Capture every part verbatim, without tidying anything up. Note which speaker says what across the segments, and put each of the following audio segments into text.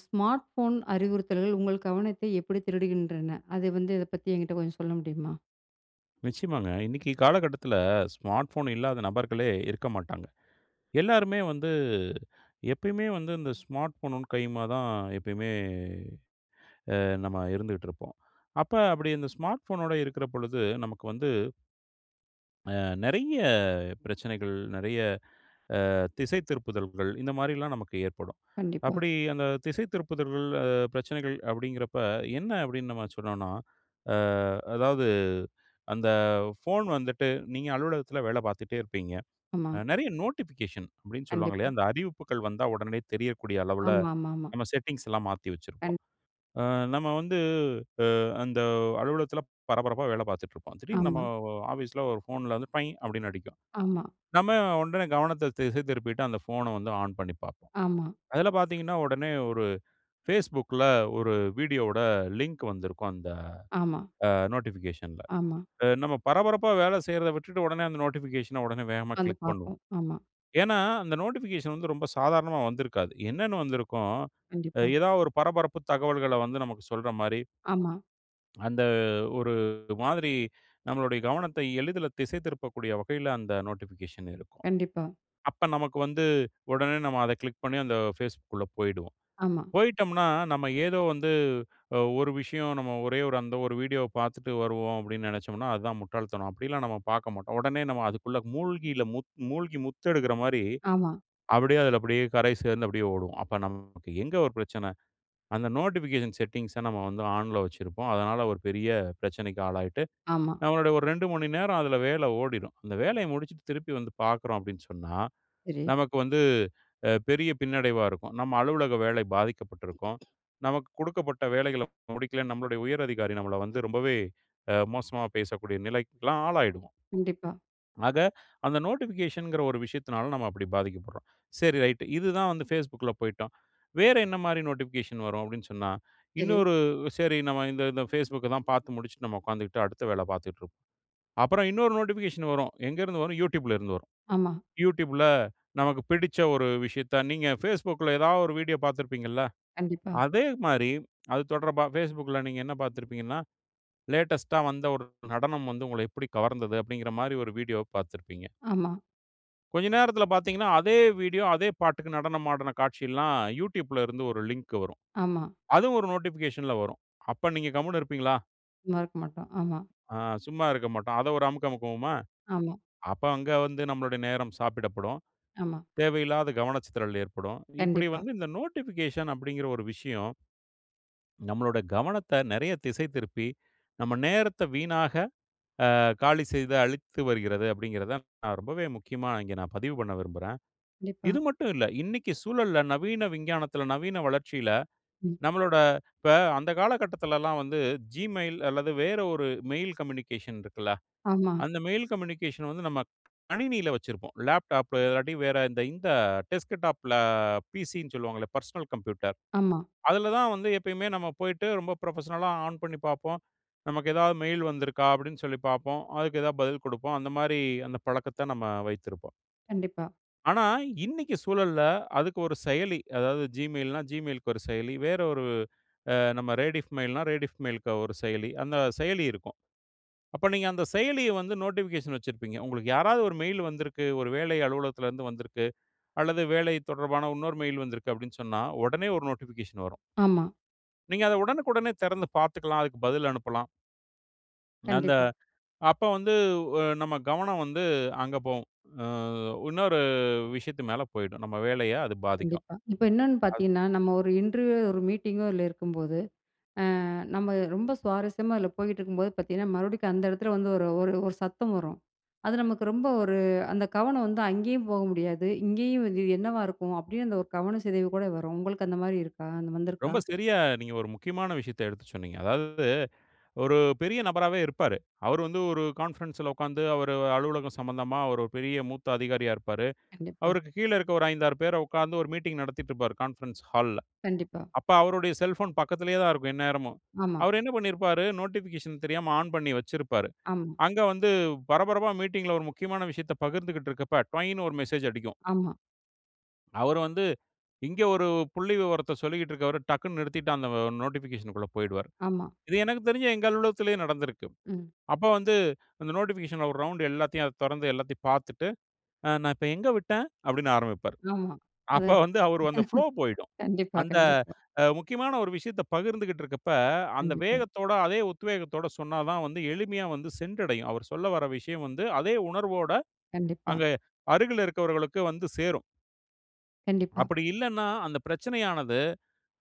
Speaker 1: Smart phone அறிவுறுத்தல்கள் உங்கள் கவனத்தை எப்படி திருடுகின்றன? அது வந்து இத பத்தி என்கிட்ட கொஞ்சம் சொல்ல முடியுமா?
Speaker 2: நிச்சயமாங்க. இன்னைக்கு காலகட்டத்தில ஸ்மார்ட் ஃபோன் இல்லாத நபர்களே இருக்க மாட்டாங்க. எல்லாருமே வந்து எப்பயுமே வந்து இந்த ஸ்மார்ட் ஃபோனும் கையுமா தான் எப்பயுமே அ நம்ம இருந்துகிட்டு இருப்போம். அப்ப அப்படி இந்த ஸ்மார்ட் ஃபோனோட இருக்கிற பொழுது நமக்கு வந்து அ நெறைய பிரச்சனைகள், நெறைய திசை திருப்புதல்கள் இந்த மாரிலாம் நமக்கு ஏற்படும்.
Speaker 1: கண்டிப்பா.
Speaker 2: அப்படி அந்த திசை திருப்புதல்கள், அ பிரச்சனைகள் அப்படிங்கிறப்ப என்ன அப்படின்னு நம்ம சொன்னோம்னா, அ அதாவது அந்த ஃபோன் வந்துட்டு நீங்க அலுவலகத்தில வேலை பார்த்துட்டே இருப்பீங்க.
Speaker 1: ஆமா.
Speaker 2: அ நெறைய நோட்டிஃபிகேஷன் அப்படின்னு சொல்லுவாங்க
Speaker 1: கண்டிப்பா.
Speaker 2: இல்லையா? அந்த அறிவிப்புகள் வந்தா உடனே தெரியக்கூடிய அளவுல
Speaker 1: ஆமா, ஆமா, ஆமா.
Speaker 2: நம்ம செட்டிங்ஸ் எல்லாம் மாத்தி
Speaker 1: கண்
Speaker 2: வச்சிருப்போம். அ நம்ம வந்து அந்த அலுவலகத்துல பரபரப்பா வேலை பார்த்துட்டுருப்போம். திடீர்னு நம்ம
Speaker 1: ஆமா,
Speaker 2: ஆஃபீஸ்ல ஒரு ஃபோன்ல வந்து பை அப்படின்னு அடிக்கும்.
Speaker 1: ஆமா,
Speaker 2: நம்ம உடனே கவனத்த திசை திருப்பிட்டு அந்த ஃபோன வந்து ஆன் பண்ணி பார்ப்போம்.
Speaker 1: ஆமா,
Speaker 2: அதுல பார்த்தீங்கன்னா, உடனே ஒரு Facebookல ஒரு வீடியோவோட லிங்க் வந்திருக்கும் அந்த
Speaker 1: ஆமா,
Speaker 2: அ நோட்டிஃபிகேஷன்ல.
Speaker 1: ஆமா.
Speaker 2: அ நம்ம பரபரப்பா வேலை செய்றத விட்டுட்டு உடனே அந்த நோட்டிஃபிகேஷன உடனே வேகமா
Speaker 1: உட்காந்து
Speaker 2: கிளிக் பண்ணுவோம்.
Speaker 1: பார்ப்போம். ஆமா.
Speaker 2: ஏன்னா, அந்த நோட்டிஃபிகேஷன் வந்து ரொம்ப சாதாரணமா வந்திருக்காது. என்னன்னு வந்திருக்கும், அ
Speaker 1: கண்டிப்பா.
Speaker 2: ஏதாவது ஒரு பரபரப்பு தகவல்கள வந்து நமக்கு சொல்ற மாரி,
Speaker 1: ஆமா.
Speaker 2: அந்த ஒரு மாதிரி நம்மளுடைய கவனத்தை எளிதில திசை திருப்பக்கூடிய வகையில அந்த நோட்டிஃபிகேஷன் இருக்கும்.
Speaker 1: கண்டிப்பா.
Speaker 2: அப்ப நமக்கு வந்து உடனே நம்ம அத கிளிக் பண்ணி அந்த Facebookக்குள்ள போயிடுவோம்.
Speaker 1: ஆமா,
Speaker 2: போயிட்டோம்னா, நம்ம ஏதோ வந்து அ ஒரு விஷயம் நம்ம ஒரே ஒரு அந்த ஒரு வீடியோவ பார்த்துட்டு வருவோம் அப்படின்னு நெனைச்சோம்னா, அதுதான் முட்டாள்தனம். அப்படிலாம் நம்ம பார்க்க மாட்டோம். உடனே நம்ம அதுக்குள்ள மூழ்கில முத் மூழ்கி முத்தெடுக்கிற மாரி
Speaker 1: ஆமா,
Speaker 2: அப்படியே அதில அப்படியே கரை சேர்ந்து அப்படியே ஓடும். அப்ப நமக்கு எங்க ஒரு பிரச்சனை? அந்த நோட்டிஃபிகேஷன் செட்டிங்ஸ நம்ம வந்து ஆன்ல வச்சிருப்போம். அதனால ஒரு பெரிய பிரச்சனைக்கு ஆளாயிட்டு,
Speaker 1: ஆமா.
Speaker 2: நம்மளுடைய ஒரு ரெண்டு மணி நேரம் அதில வேலை ஓடிரும். அந்த வேலைய முடிச்சுட்டு திருப்பி வந்து பார்க்குறோம் அப்படின்னு சொன்னா,
Speaker 1: சரி.
Speaker 2: நமக்கு வந்து அ பெரிய பின்னடைவா இருக்கும். நம்ம அலுவலக வேலை பாதிக்கப்பட்டிருக்கும். நமக்கு கொடுக்கப்பட்ட வேலைகள முடிக்கலன்னு நம்மளுடைய உயர் அதிகாரி நம்மள வந்து ரொம்பவே அ மோசமா பேசக்கூடிய நிலைக்குலாம் ஆளாயிடுவோம்.
Speaker 1: கண்டிப்பா.
Speaker 2: ஆக, அந்த நோட்டிஃபிகேஷன்ங்கிற ஒரு விஷயத்தினால நம்ம அப்படி பாதிக்கப்படுறோம். சரி ரைட். இதுதான் வந்து Facebookல போய்ட்டோம். வேற என்ன மாரி நோட்டிஃபிகேஷன் வரும் அப்படின்னு சொன்னா,
Speaker 1: சரி.
Speaker 2: இன்னொரு சரி நம்ம இந்த இந்த Facebooக்க தான் பார்த்து முடிச்சுட்டு நம்ம உட்காந்துக்கிட்டு அடுத்த வேல பார்த்துட்டு இருப்போம். அப்புறம் இன்னொரு நோட்டிஃபிகேஷன் வரும். எங்கேருந்து வரும்? YouTubeல இருந்து வரும்.
Speaker 1: ஆமா.
Speaker 2: YouTubeல நமக்கு பிடிச்ச ஒரு விஷயத்த நீங்க Facebookல ஏதாவது ஒரு வீடியோ பார்த்துருப்பீங்கள்ல,
Speaker 1: கண்டிப்பா.
Speaker 2: அதே மாரி அது தொடர்பா Facebookல நீங்க என்ன பார்த்துருப்பீங்கன்னா, லேட்டஸ்ட்டா வந்த ஒரு நடனம் வந்து உங்கள எப்படி கவர்ந்தது அப்படிங்கிற மாரி ஒரு வீடியோவ பார்த்துருப்பீங்க.
Speaker 1: ஆமா,
Speaker 2: கொஞ்ச நேரத்துல பார்த்தீங்கன்னா, அதே வீடியோ, அதே பாட்டுக்கு நடனம் ஆடுன காட்சிலாம் YouTubeல இருந்து ஒரு லிங்க் வரும்.
Speaker 1: ஆமா.
Speaker 2: அதுவும் ஒரு நோட்டிஃபிகேஷன்ல வரும். அப்ப நீங்க கம்முனு இருப்பீங்களா?
Speaker 1: சும்மா இருக்க மாட்டோம். ஆமா,
Speaker 2: ஆ சும்மா இருக்க மாட்டோம். அத ஒரு அமுக்கு அமுக்குவோமா?
Speaker 1: ஆமா,
Speaker 2: அப்ப அங்க வந்து நம்மளுடைய நேரம் சாப்பிடப்படும்.
Speaker 1: ஆமா.
Speaker 2: தேவையில்லாத கவனச்சிதறல் ஏற்படும். இப்படி
Speaker 1: கண்டிப்பா,
Speaker 2: வந்து இந்த நோட்டிஃபிகேஷன் அப்படிங்கிற ஒரு விஷயம், நம்மளோட கவனத்த நெறைய திசை திருப்பி, நம்ம நேரத்த வீணாக அ காலி செய்து அழித்து வருகிறது அப்படிங்கிறத நான் ரொம்பவே முக்கியமா இங்க நான் பதிவு பண்ண விரும்புறேன்.
Speaker 1: கண்டிப்பா.
Speaker 2: இது மட்டும் இல்ல. இன்னைக்கு சூழல்ல, நவீன விஞ்ஞானத்துல, நவீன வளர்ச்சியில,
Speaker 1: ம்.
Speaker 2: நம்மளோட இப்ப அந்த காலகட்டத்துலலாம் வந்து Gmail அல்லது வேற ஒரு மெயில் கம்யூனிகேஷன் இருக்குல்ல,
Speaker 1: ஆமா,
Speaker 2: அந்த மெயில் கம்யூனிகேஷன் வந்து நம்ம கணினியில வச்சிருப்போம். லேப்டாப்ல இல்லாட்டி வேற இந்த இந்த டெஸ்க்டாப்ல பிசின்னு சொல்லுவாங்கல்ல, பர்சனல் கம்ப்யூட்டர்.
Speaker 1: ஆமா.
Speaker 2: அதுல தான் வந்து எப்பயுமே நம்ம போயிட்டு ரொம்ப ப்ரொஃபஷனலா ஆன் பண்ணி பார்ப்போம். நமக்கு ஏதாவது மெயில் வந்திருக்கா அப்படின்னு சொல்லி பார்ப்போம். அதுக்கு ஏதாவது பதில் குடுப்போம். அந்த மாரி அந்த பழக்கத்த நம்ம வைத்திருப்போம்.
Speaker 1: கண்டிப்பா.
Speaker 2: ஆனா, இன்னைக்கு சூழல்ல அதுக்கு ஒரு செயலி. அதாவது Gmailனா Gmailக்கு ஒரு செயலி. வேற ஒரு அ நம்ம Rediff Mailனா Rediff Mailக்கு ஒரு செயலி. அந்த செயலி இருக்கும். அப்ப நீங்க அந்த செயலிய வந்து நோட்டிஃபிகேஷன் வச்சிருப்பீங்க. உங்களுக்கு யாராவது ஒரு மெயில் வந்திருக்கு, ஒரு வேலை அலுவலகத்திலருந்து வந்திருக்கு, அல்லது வேலை தொடர்பான இன்னொரு மெயில் வந்திருக்கு அப்படின்னு சொன்னா, உடனே ஒரு நோட்டிஃபிகேஷன் வரும்.
Speaker 1: ஆமா.
Speaker 2: நீங்க அத உடனுக்குடனே திறந்து பார்த்துக்கலாம். அதுக்கு பதில் அனுப்பலாம். அந்த
Speaker 1: கண்டிப்பா.
Speaker 2: அப்ப வந்து அ நம்ம கவனம் வந்து அங்க போகும். அ இன்னொரு விஷயத்து மேல போயிடும். நம்ம வேலைய அது பாதிக்கும்.
Speaker 1: கண்டிப்பா. இப்ப இன்னொன்னு பார்த்தீங்கன்னா, நம்ம ஒரு இன்டர்வியூ, ஒரு மீட்டிங்கோ இல்ல இருக்கும்போது, அ நம்ம ரொம்ப சுவாரஸ்யமா அதில போயிட்டுருக்கும்போது பார்த்தீங்கன்னா, மறுபடிக்கும் அந்த இடத்துல வந்து ஒரு ஒரு ஒரு சத்தம் வரும். அது நமக்கு ரொம்ப ஒரு அந்த கவனம் வந்து அங்கேயும் போக முடியாது. இங்கேயும் இது என்னவா இருக்கும்? அப்படின்னு அந்த ஒரு கவன சிதைவு கூட வரும். உங்களுக்கு அந்த மாரி இருக்கா? அந்த வந்திருக்கா?
Speaker 2: ரொம்ப சரியா நீங்க ஒரு முக்கியமான விஷயத்த எடுத்து சொன்னீங்க. அதாவது ஒரு பெரிய நபராவே இருப்பாரு. அவரு வந்து ஒரு கான்ஃபரன்ஸ்ல உட்கார்ந்து அவரு அலுவலகம் சம்மந்தமா ஒரு பெரிய மூத்த அதிகாரியா இருப்பாரு.
Speaker 1: கண்டிப்பா.
Speaker 2: அவருக்கு கீழ இருக்க ஒரு ஐந்து, ஆறு பேர உட்கார்ந்து ஒரு மீட்டிங் நடத்திட்டு இருப்பாரு கான்ஃபரன்ஸ் ஹால்ல.
Speaker 1: கண்டிப்பா.
Speaker 2: அப்ப அவருடைய செல்ஃபோன் பக்கத்திலேயே தான் இருக்கும் எந்நேரமும்.
Speaker 1: ஆமா,
Speaker 2: அவரு என்ன பண்ணியிருப்பாரு, நோட்டிஃபிகேஷன் தெரியாம ஆன் பண்ணி வச்சிருப்பாரு.
Speaker 1: ஆமா,
Speaker 2: அங்க வந்து பரபரப்பா மீட்டிங்ல ஒரு முக்கியமான விஷயத்த பகிர்ந்துகிட்டு இருக்கப்ப டொய்ன்னு ஒரு மெசேஜ் அடிக்கும்.
Speaker 1: ஆமா,
Speaker 2: அவரு வந்து இங்க ஒரு புள்ளி விவரத்த சொல்லிக்கிட்டு இருக்கவரு டக்குன்னு நிறுத்திட்டு அந்த நோட்டிஃபிகேஷனுக்குள்ள போயிடுவாரு.
Speaker 1: ஆமா.
Speaker 2: இது எனக்கு தெரிஞ்சு எங்க அலுவலகத்திலேயே நடந்திருக்கு.
Speaker 1: ம்.
Speaker 2: அப்ப வந்து அந்த நோட்டிஃபிகேஷன்ல ஒரு ரவுண்ட் எல்லாத்தையும் அத தொறந்து எல்லாத்தையும் பார்த்துட்டு, "அ நான் இப்ப எங்க விட்டேன்?" அப்படின்னு ஆரம்பிப்பாரு.
Speaker 1: ஆமா.
Speaker 2: அப்ப
Speaker 1: அது
Speaker 2: வந்து அவரு அந்த ஃப்ளோ போயிடும்.
Speaker 1: கண்டிப்பா,
Speaker 2: அந்த
Speaker 1: கண்டிப்பா,
Speaker 2: அ முக்கியமான ஒரு விஷயத்த பகிர்ந்துகிட்டு இருக்கப்ப, அந்த
Speaker 1: கண்டிப்பா,
Speaker 2: வேகத்தோட, அதே உத்வேகத்தோட சொன்னா தான் வந்து எளிமையா வந்து சென்றடையும். அவர் சொல்ல வர விஷயம் வந்து அதே உணர்வோட
Speaker 1: கண்டிப்பா,
Speaker 2: அங்க அருகில இருக்கவர்களுக்கு வந்து சேரும்.
Speaker 1: கண்டிப்பா.
Speaker 2: அப்படி இல்லன்னா, அந்த பிரச்சனையானது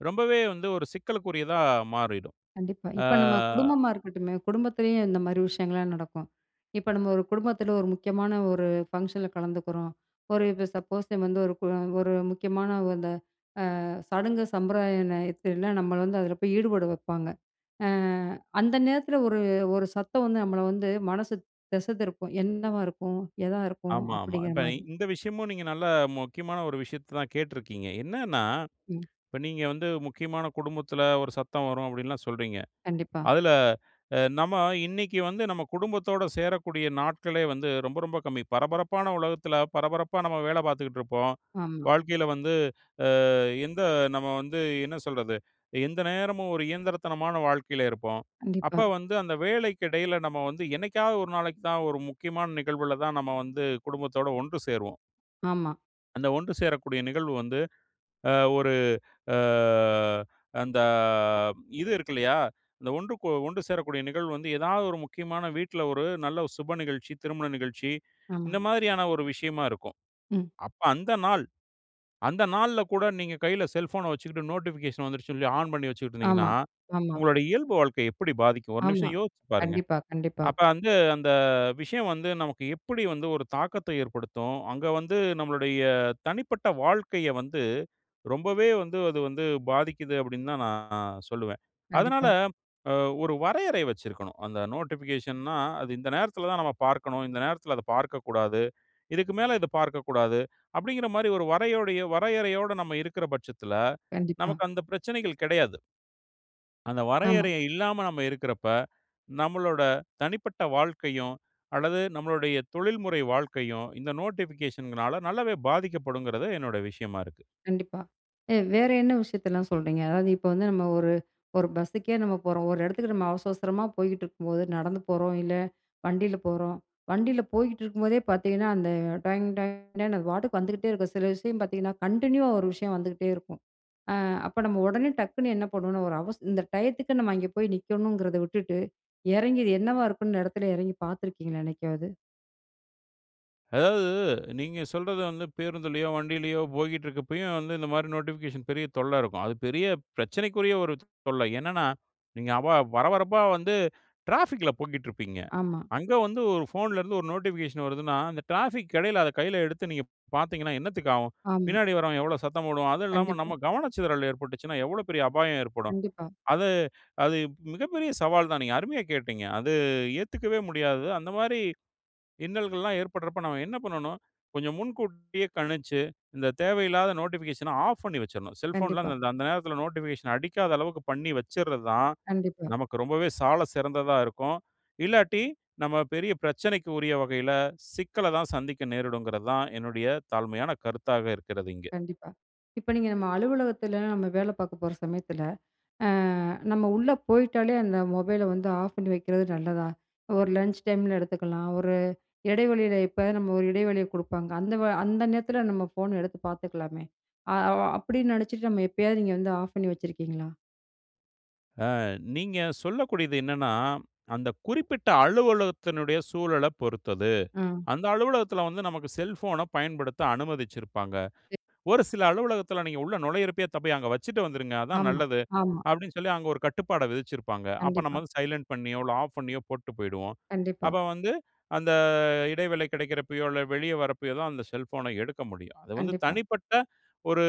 Speaker 2: ரொம்பவே வந்து ஒரு சிக்கலுக்குரியதா மாறிடும்.
Speaker 1: கண்டிப்பா.
Speaker 2: ஆ.
Speaker 1: இப்ப நம்ம குடும்பமா இருக்கட்டுமே, குடும்பத்திலேயும் இந்த மாரி விஷயங்கள்லாம் நடக்கும். இப்ப நம்ம ஒரு குடும்பத்தில ஒரு முக்கியமான ஒரு ஃபங்ஷன்ல கலந்துக்கிறோம். ஒரு இப்ப சப்போஸ் வந்து ஒரு கு ஒரு முக்கியமான அந்த சடங்கு சம்பிரதாயத்துல நம்மள வந்து அதில போய் ஈடுபட வைப்பாங்க. அ அந்த நேரத்தில ஒரு ஒரு சத்தம் வந்து நம்மள வந்து மனசு திசை திருப்பும். என்னவா இருக்கும்? எதா இருக்கும்?
Speaker 2: ஆமா, ஆமா.
Speaker 1: அப்படிங்கிற
Speaker 2: இப்ப
Speaker 1: மாரி.
Speaker 2: இந்த விஷயமும் நீங்க நல்லா முக்கியமான ஒரு விஷயத்த தான் கேட்டிருக்கீங்க. என்னன்னா,
Speaker 1: ம்.
Speaker 2: இப்ப நீங்க வந்து முக்கியமான குடும்பத்தில ஒரு சத்தம் வரும் அப்டின்லாம் சொல்றீங்க.
Speaker 1: கண்டிப்பா.
Speaker 2: அதுல அ நம்ம இன்னைக்கு வந்து நம்ம குடும்பத்தோட சேரக்கூடிய நாட்களே வந்து ரொம்ப ரொம்ப கம்மி. பரபரப்பான உலகத்துல பரபரப்பா நம்ம வேலை பார்த்துக்கிட்டு இருப்போம்.
Speaker 1: ஆமா.
Speaker 2: வாழ்க்கையில வந்து அ எந்த நம்ம வந்து என்ன சொல்றது? எந்த நேரமும் ஒரு இயந்திரத்தனமான வாழ்க்கையில இருப்போம். அப்ப
Speaker 1: கண்டிப்பா.
Speaker 2: வந்து அந்த வேலைக்கு இடையில நம்ம வந்து என்னைக்காவது ஒரு நாளைக்கு தான் ஒரு முக்கியமான நிகழ்வுல தான் நம்ம வந்து குடும்பத்தோட ஒன்று சேருவோம்.
Speaker 1: ஆமா,
Speaker 2: அந்த ஒன்று சேரக்கூடிய நிகழ்வு வந்து அ ஒரு அ அந்த இது இருக்கு இல்லையா? இந்த ஒன்று கூ ஒன்று சேரக்கூடிய நிகழ்வு வந்து ஏதாவது ஒரு முக்கியமான வீட்ல ஒரு நல்ல ஒரு சுப நிகழ்ச்சி, திருமண நிகழ்ச்சி,
Speaker 1: ஆமா.
Speaker 2: இந்த மாதிரியான ஒரு விஷயமா இருக்கும்.
Speaker 1: ம்.
Speaker 2: அப்ப அந்த நாள், அந்த நாள்ல கூட நீங்க கையில செல்ஃபோன வச்சுக்கிட்டு நோட்டிஃபிகேஷன் வந்துருச்சுன்னு சொல்லி ஆன் பண்ணி வச்சுக்கிட்டு இருந்தீங்கன்னா,
Speaker 1: ஆமா, ஆமா,
Speaker 2: உங்களோட இயல்பு வாழ்க்கை எப்படி பாதிக்கும்? ஒரு
Speaker 1: ஆமா.
Speaker 2: நிமிஷம் யோசிச்சு பாருங்க.
Speaker 1: கண்டிப்பா, கண்டிப்பா,
Speaker 2: அப்ப வந்து அந்த விஷயம் வந்து நமக்கு எப்படி வந்து ஒரு தாக்கத்த ஏற்படுத்தும்? அங்க வந்து நம்மளுடைய தனிப்பட்ட வாழ்க்கைய வந்து ரொம்பவே வந்து அது வந்து பாதிக்குது அப்படின்னு தான் நான் சொல்லுவேன். அதனால
Speaker 1: கண்டிப்பா.
Speaker 2: அ ஒரு வரையறை வச்சிருக்கணும். அந்த நோட்டிஃபிகேஷன்னா, அது இந்த நேரத்தில தான் நம்ம பார்க்கணும். இந்த நேரத்தில அத பார்க்கக்கூடாது. இதுக்கு மேல இத பார்க்கக்கூடாது. அப்படிங்கிற மாரி ஒரு வரையோடைய வரையறையோட நம்ம இருக்கிற பட்சத்தில,
Speaker 1: கண்டிப்பா.
Speaker 2: நமக்கு அந்த பிரச்சனைகள் கிடையாது. அந்த
Speaker 1: ஆமா,
Speaker 2: வரையறை இல்லாம நம்ம இருக்கிறப்ப, நம்மளோட தனிப்பட்ட வாழ்க்கையும், அல்லது நம்மளுடைய தொழில்முறை வாழ்க்கையும் இந்த நோட்டிஃபிகேஷன்கனால நல்லாவே பாதிக்கப்படுங்கிறது என்னோட விஷயமா இருக்கு.
Speaker 1: கண்டிப்பா. எ வேற என்ன விஷயத்தலாம் சொல்றீங்க? அதாவது இப்ப வந்து நம்ம ஒரு ஒரு பஸ்ஸுக்கே நம்ம போறோம். ஒரு இடத்துக்கு நம்ம அவசர அவசரமா போய்கிட்டு இருக்கும்போது, நடந்து போறோம், இல்ல வண்டியில போறோம். வண்டியில போய்கிட்டு இருக்கும்போதே பார்த்தீங்கன்னா, அந்த டாயிங் டாயிங்ன்னு அது பாட்டுக்கு வந்துகிட்டே இருக்கும். சில விஷயம் பார்த்தீங்கன்னா, கன்டின்யூவா ஒரு விஷயம் வந்துகிட்டே இருக்கும். அ அப்ப நம்ம உடனே டக்குன்னு என்ன பண்ணுவோம்னா, ஒரு அவச இந்த டயத்துக்கு நம்ம அங்கே போய் நிக்கணுங்கிறத விட்டுட்டு, இறங்கி இது என்னவா இருக்கும்னு இடத்துல இறங்கி பார்த்துருக்கீங்களா என்னைக்காவது?
Speaker 2: அதாவது நீங்க சொல்றது வந்து பேருந்துலயோ, வண்டியிலயோ போய்க்கிட்டு இருக்கப்பயும் வந்து இந்த மாரி நோட்டிஃபிகேஷன் பெரிய தொல்லை இருக்கும். அது பெரிய பிரச்சனைக்குரிய ஒரு தொல்லை. என்னன்னா, நீங்க அவ வர வரப்பா வந்து டிராஃபிக்ல போய்க்கிட்டு இருப்பீங்க.
Speaker 1: ஆமா,
Speaker 2: அங்க வந்து ஒரு ஃபோன்லேருந்து ஒரு நோட்டிஃபிகேஷன் வருதுன்னா, அந்த டிராஃபிக் இடையில அத கையில எடுத்து நீங்க பார்த்தீங்கன்னா, என்னத்துக்கு ஆகும்?
Speaker 1: ஆமா.
Speaker 2: பின்னாடி வரவன் எவ்வளோ சத்தம் போடுவான்? அதுவும் இல்லாம நம்ம
Speaker 1: கண்டிப்பா,
Speaker 2: கவனச்சிதறல் ஏற்பட்டுச்சுன்னா, எவ்வளோ பெரிய அபாயம் ஏற்படும்?
Speaker 1: கண்டிப்பா,
Speaker 2: அது அது மிகப்பெரிய சவால் தான். நீங்க அருமையா கேட்டீங்க. அது ஏத்துக்கவே முடியாதது. அந்த மாரி இன்னல்கள்லாம் ஏற்படுறப்ப நம்ம என்ன பண்ணணும்? கொஞ்சம் முன்கூட்டியே கணிச்சு, இந்த தேவையில்லாத நோட்டிஃபிகேஷன ஆஃப் பண்ணி வச்சிரணும். செல்ஃபோன்லாம்
Speaker 1: கண்டிப்பா,
Speaker 2: அந்த அந்த நேரத்தில நோட்டிஃபிகேஷன் அடிக்காத அளவுக்கு பண்ணி வச்சிர்றது தான்
Speaker 1: கண்டிப்பா.
Speaker 2: நமக்கு ரொம்பவே சால சிறந்ததா இருக்கும். இல்லாட்டி, நம்ம பெரிய பிரச்சனைக்கு உரிய வகையில சிக்கல தான் சந்திக்க நேரிடுங்கிறது தான் என்னுடைய தாழ்மையான கருத்தாக இருக்கிறது இங்க.
Speaker 1: கண்டிப்பா. இப்ப நீங்க நம்ம அலுவலகத்துல நம்ம வேலை பாக்க போற சமயத்துல, அ நம்ம உள்ள போயிட்டாலே அந்த மொபைல வந்து ஆஃப் பண்ணி வைக்கிறது நல்லதா? ஒரு லஞ்ச் டைம்ல எடுத்துக்கலாம். ஒரு இடைவெளியில இப்ப நம்ம ஒரு இடைவெளிய குடுப்பாங்க. அந்த வ அந்த நேரத்துல நம்ம ஃபோன் எடுத்து பாத்துக்கலாமே! அ அ அப்படின்னு நினைச்சுட்டு நம்ம எப்பயாவது நீங்க வந்து ஆஃப் பண்ணி வச்சிருக்கீங்களா?
Speaker 2: அ நீங்க சொல்லக்கூடியது என்னன்னா, அந்த குறிப்பிட்ட அலுவலகத்தினுடைய சூழல பொறுத்தது.
Speaker 1: ஆ.
Speaker 2: அந்த அலுவலகத்தில வந்து நமக்கு செல்ஃபோன பயன்படுத்த அனுமதிச்சிருப்பாங்க. ஒரு சில அலுவலகத்தில நீங்க உள்ள நுழையிறப்பயே கொண்டு போய் அங்க வச்சுட்டு வந்துருங்க. அதான்
Speaker 1: ஆமா,
Speaker 2: நல்லது.
Speaker 1: ஆமா.
Speaker 2: அப்படின்னு சொல்லி அங்க ஒரு கட்டுப்பாட விதிச்சிருப்பாங்க. அப்ப
Speaker 1: கண்டிப்பா,
Speaker 2: நம்ம வந்து சைலன்ட் பண்ணியோ, இல்ல ஆஃப் பண்ணியோ போட்டு போயிடுவோம்.
Speaker 1: கண்டிப்பா,
Speaker 2: அப்ப வந்து அந்த இடைவேளை கிடைக்கிறப்பயோ, இல்ல வெளிய வரப்பயோ தான் அந்த செல்ஃபோன எடுக்க முடியும். அது வந்து
Speaker 1: கண்டிப்பா.
Speaker 2: தனிப்பட்ட ஒரு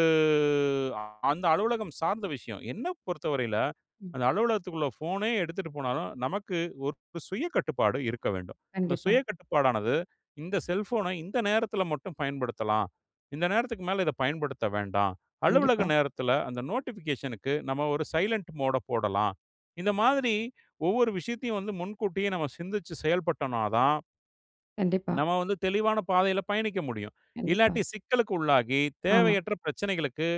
Speaker 2: அ- அந்த அலுவலகம் சார்ந்த விஷயம். என்ன பொறுத்தவரையில
Speaker 1: ம்.
Speaker 2: அந்த அலுவலகத்துக்குள்ள ஃபோனே எடுத்துட்டு போனாலும், நமக்கு ஒரு ஒரு சுய கட்டுப்பாடு இருக்க வேண்டும். அந்த
Speaker 1: கண்டிப்பா,
Speaker 2: சுய கட்டுப்பாடானது இந்த செல்ஃபோன இந்த நேரத்தில மட்டும் பயன்படுத்தலாம். இந்த நேரத்துக்கு மேல இத பயன்படுத்த வேண்டாம். அலுவலக
Speaker 1: கண்டிப்பா,
Speaker 2: நேரத்தில அந்த நோட்டிஃபிகேஷனுக்கு நம்ம ஒரு சைலன்ட் மோட போடலாம். இந்த மாதிரி ஒவ்வொரு விஷயத்தையும் வந்து முன்கூட்டியே நம்ம சிந்திச்சு செயல்பட்டோம்னா தான்,
Speaker 1: கண்டிப்பா,
Speaker 2: நம்ம வந்து தெளிவான பாதையில பயணிக்க முடியும்.
Speaker 1: கண்டிப்பா.
Speaker 2: இல்லாட்டி சிக்கலுக்கு உள்ளாகி,
Speaker 1: ஆமா.
Speaker 2: தேவையற்ற பிரச்சனைகளுக்கு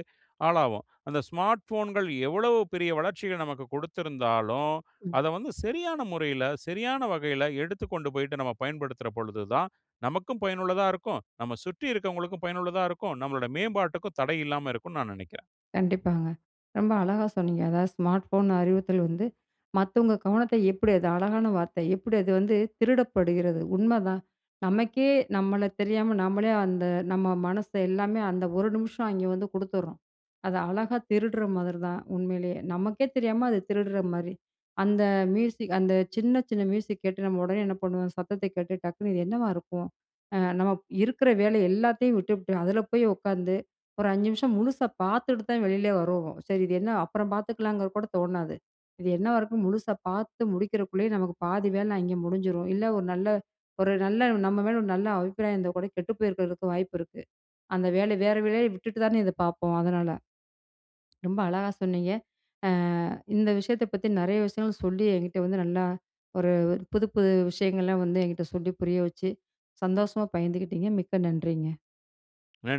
Speaker 2: ஆளாவோம். அந்த ஸ்மார்ட் ஃபோன்கள் எவ்வளவு பெரிய வளர்ச்சிகள நமக்கு கொடுத்திருந்தாலும்,
Speaker 1: ம்.
Speaker 2: அத வந்து சரியான முறையில, சரியான வகையில எடுத்துக் கொண்டு போயிட்டு நம்ம பயன்படுத்துற பொழுது தான், நமக்கும் பயனுள்ளதா இருக்கும். நம்ம சுற்றி இருக்கவங்களுக்கும் பயனுள்ளதா இருக்கும். நம்மளோட மேம்பாட்டுக்கும் தடை இல்லாம இருக்கும்னு நான் நினைக்கிறேன்.
Speaker 1: கண்டிப்பாங்க. ரொம்ப அழகா சொன்னீங்க. அதாவது ஸ்மார்ட் ஃபோன் அறிவுறுத்தல் வந்து மத்தவங்க கவனத்த எப்படி அது அழகான வார்த்தை. எப்படி அது வந்து திருடப்படுகிறது. உண்மதான். நமக்கே நம்மள தெரியாம நம்மளே அந்த நம்ம மனச எல்லாமே அந்த ஒரு நிமிஷம் அங்கே வந்து குடுத்துர்றோம். அத அழகா திருடுற மாதிரி தான் உண்மையிலேயே. நமக்கே தெரியாம அது திருடுற மாரி. அந்த மியூசிக் அந்த சின்ன சின்ன மியூசிக் கேட்டு நம்ம உடனே என்ன பண்ணுவோம், சத்தத்த கேட்டு டக்குனு இது என்னவா இருக்கும்? அ நம்ம இருக்கிற வேலை எல்லாத்தையும் விட்டுபுட்டு அதில போய் உட்காந்து ஒரு ஐந்து நிமிஷம் முழுசா பார்த்துட்டு தான் வெளியிலே வருவோம். சரி இது என்ன அப்புறம் பார்த்துக்கலாங்கிற கூட தோணாது. இது என்னவா இருக்கும் முழுசா பார்த்து முடிக்கிறக்குள்ளயே நமக்கு பாதி வேலை அங்கே முடிஞ்சிரும். இல்ல ஒரு நல்ல ஒரு நல்ல நம்ம மேல ஒரு நல்ல அபிப்பிராயம் இருந்தா கூட கெட்டு போயிருக்கிறதுக்கு வாய்ப்பு இருக்கு. அந்த வேலை வேற வேலைய விட்டுட்டு தானே இத பார்ப்போம். அதனால. ரொம்ப அழகா சொன்னீங்க. அ இந்த விஷயத்த பத்தி நெறைய விஷயங்கள் சொல்லி என்கிட்ட வந்து நல்லா ஒரு புது புது விஷயங்கள்லாம் வந்து என்கிட்ட சொல்லி புரிய வச்சு, சந்தோஷமா பகிர்ந்துக்கிட்டீங்க. மிக்க நன்றிங்க.
Speaker 2: நன்றி.